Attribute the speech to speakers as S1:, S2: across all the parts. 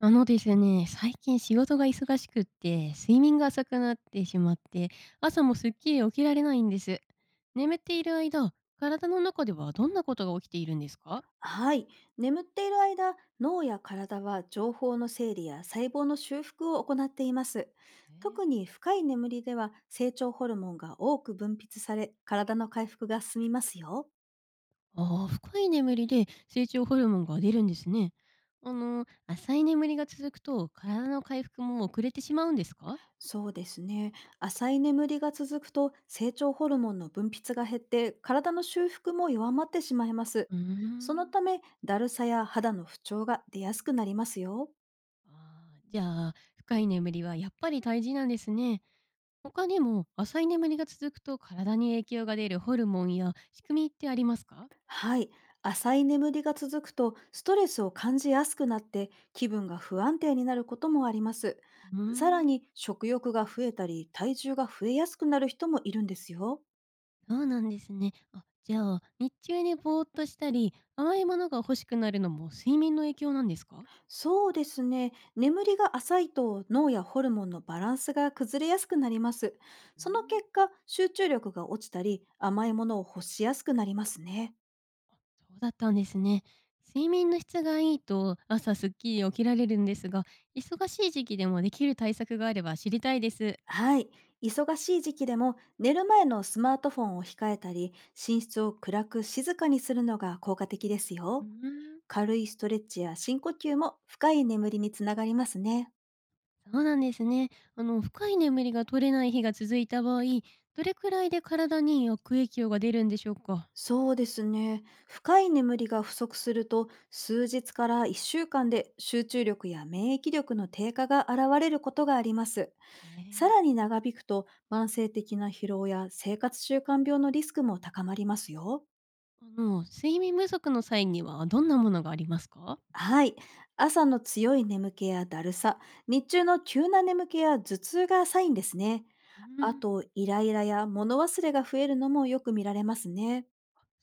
S1: あのですね、最近仕事が忙しくって、睡眠が浅くなってしまって、朝もすっきり起きられないんです。眠っている間、体の中ではどんなことが起きているんですか？
S2: はい。眠っている間、脳や体は情報の整理や細胞の修復を行っています。
S1: えー。
S2: 特に深い眠りでは成長ホルモンが多く分泌され、体の回復が進みますよ。
S1: ああ、深い眠りで成長ホルモンが出るんですね。あの、浅い眠りが続くと体の回復も遅れてしまうんですか？
S2: そうですね。浅い眠りが続くと成長ホルモンの分泌が減って、体の修復も弱まってしまいます。
S1: うー
S2: その
S1: ん。
S2: ため、だるさや肌の不調が出やすくなりますよ。
S1: ああ、じゃあ、深い眠りはやっぱり大事なんですね。他にも浅い眠りが続くと体に影響が出るホルモンや仕組みってありますか？
S2: はい。浅い眠りが続くとストレスを感じやすくなって、気分が不安定になることもあります。
S1: うー
S2: さら
S1: ん、
S2: に、食欲が増えたり体重が増えやすくなる人もいるんですよ。
S1: そうなんですね。あ、じゃあ、日中にぼーっとしたり、甘いものが欲しくなるのも睡眠の影響なんですか？
S2: そうですね。眠りが浅いと、脳やホルモンのバランスが崩れやすくなります。
S1: うー
S2: その
S1: ん、
S2: 結果、集中力が落ちたり甘いものを欲しやすくなりますね。
S1: そうだったんですね。睡眠の質がいいと朝すっきり起きられるんですが、忙しい時期でもできる対策があれば知りたいです。
S2: はい。忙しい時期でも、寝る前のスマートフォンを控えたり、寝室を暗く静かにするのが効果的です
S1: うー
S2: よ。
S1: ん、
S2: 軽いストレッチや深呼吸も深い眠りにつながりますね。
S1: そうなんですね。あの、深い眠りが取れない日が続いた場合、どれくらいで体に悪影響が出るんでしょうか？
S2: そうですね。深い眠りが不足すると、数日から1週間で集中力や免疫力の低下が現れることがあります。さ
S1: ええ。
S2: らに長引くと、慢性的な疲労や生活習慣病のリスクも高まりますよ。
S1: あの、睡眠不足の際にはどんなものがありますか？
S2: はい。朝の強い眠気やだるさ、日中の急な眠気や頭痛がサインですね。
S1: う
S2: あ
S1: ん、
S2: と、イライラや物忘れが増えるのもよく見られますね。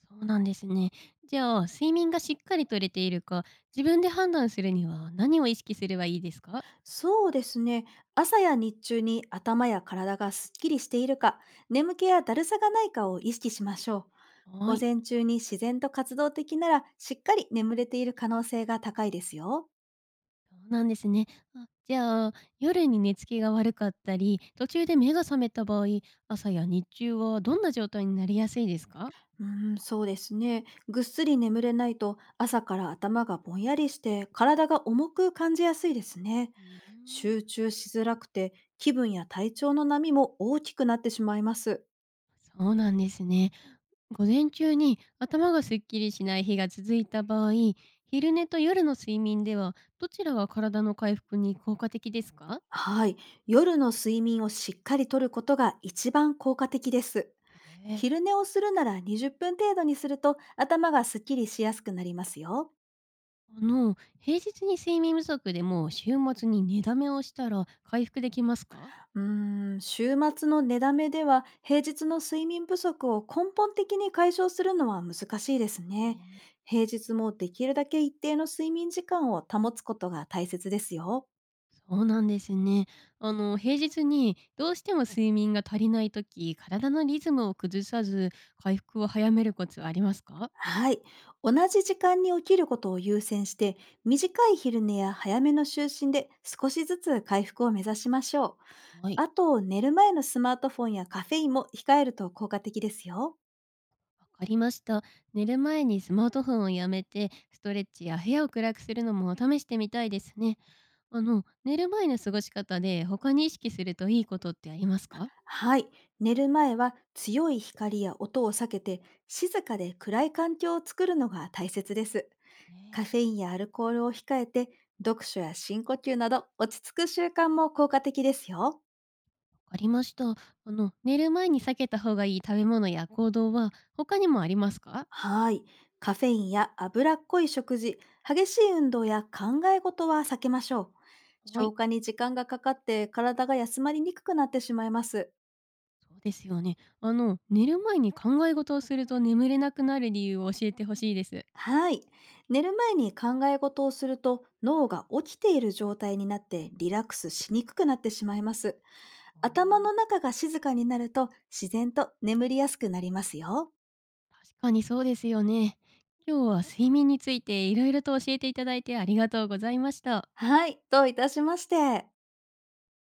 S1: そうなんですね。じゃあ、睡眠がしっかりとれているか、自分で判断するには何を意識すればいいですか？
S2: そうですね。朝や日中に頭や体がすっきりしているか、眠気やだるさがないかを意識しましょう。
S1: は
S2: 午
S1: い、
S2: 前中に自然と活動的なら、しっかり眠れている可能性が高いですよ。
S1: そうなんですね。あじゃあ、夜に寝つきが悪かったり、途中で目が覚めた場合、朝や日中はどんな状態になりやすいですか？
S2: うん、そうですね。ぐっすり眠れないと、朝から頭がぼんやりして体が重く感じやすいですね。
S1: うー
S2: 集
S1: ん、
S2: 中しづらくて、気分や体調の波も大きくなってしまいます。
S1: そうなんですね。午前中に頭がすっきりしない日が続いた場合、昼寝と夜の睡眠ではどちらが体の回復に効果的ですか？
S2: はい。夜の睡眠をしっかりとることが一番効果的です。
S1: へえ。
S2: 昼寝をするなら、20分程度にすると頭がすっきりしやすくなりますよ。
S1: あの、平日に睡眠不足でも週末に寝だめをしたら回復できますか？
S2: うーん、週末の寝だめでは平日の睡眠不足を根本的に解消するのは難しいですね。
S1: ね。
S2: 平日もできるだけ一定の睡眠時間を保つことが大切ですよ。
S1: そうなんですね。あの、平日にどうしても睡眠が足りないとき、体のリズムを崩さず回復を早めるコツはありますか？
S2: はい。同じ時間に起きることを優先して、短い昼寝や早めの就寝で少しずつ回復を目指しましょう。
S1: はい。
S2: あと、寝る前のスマートフォンやカフェインも控えると効果的ですよ。
S1: わかりました。寝る前にスマートフォンをやめて、ストレッチや部屋を暗くするのも試してみたいですね。あの、寝る前の過ごし方で他に意識するといいことってありますか？
S2: はい。寝る前は強い光や音を避けて、静かで暗い環境を作るのが大切です。
S1: ねえわ
S2: カ
S1: ね。
S2: フェインやアルコールを控えて、読書や深呼吸など落ち着く習慣も効果的ですよ。
S1: かりました。あの、寝る前に避けた方がいい食べ物や行動は他にもありますか？
S2: はい。カフェインや脂っこい食事、激しい運動や考え事は避けましょう。
S1: は
S2: 消
S1: い。
S2: 化に時間がかかって、体が休まりにくくなってしまいます。
S1: そうですよね。あの、寝る前に考え事をすると眠れなくなる理由を教えてほしいです。
S2: はい。寝る前に考え事をすると、脳が起きている状態になってリラックスしにくくなってしまいます。頭の中が静かになると、自然と眠りやすくなりますよ。
S1: 確かにそうですよね。今日は睡眠についていろいろと教えていただいてありがとうございました。
S2: はい。どういたしまして。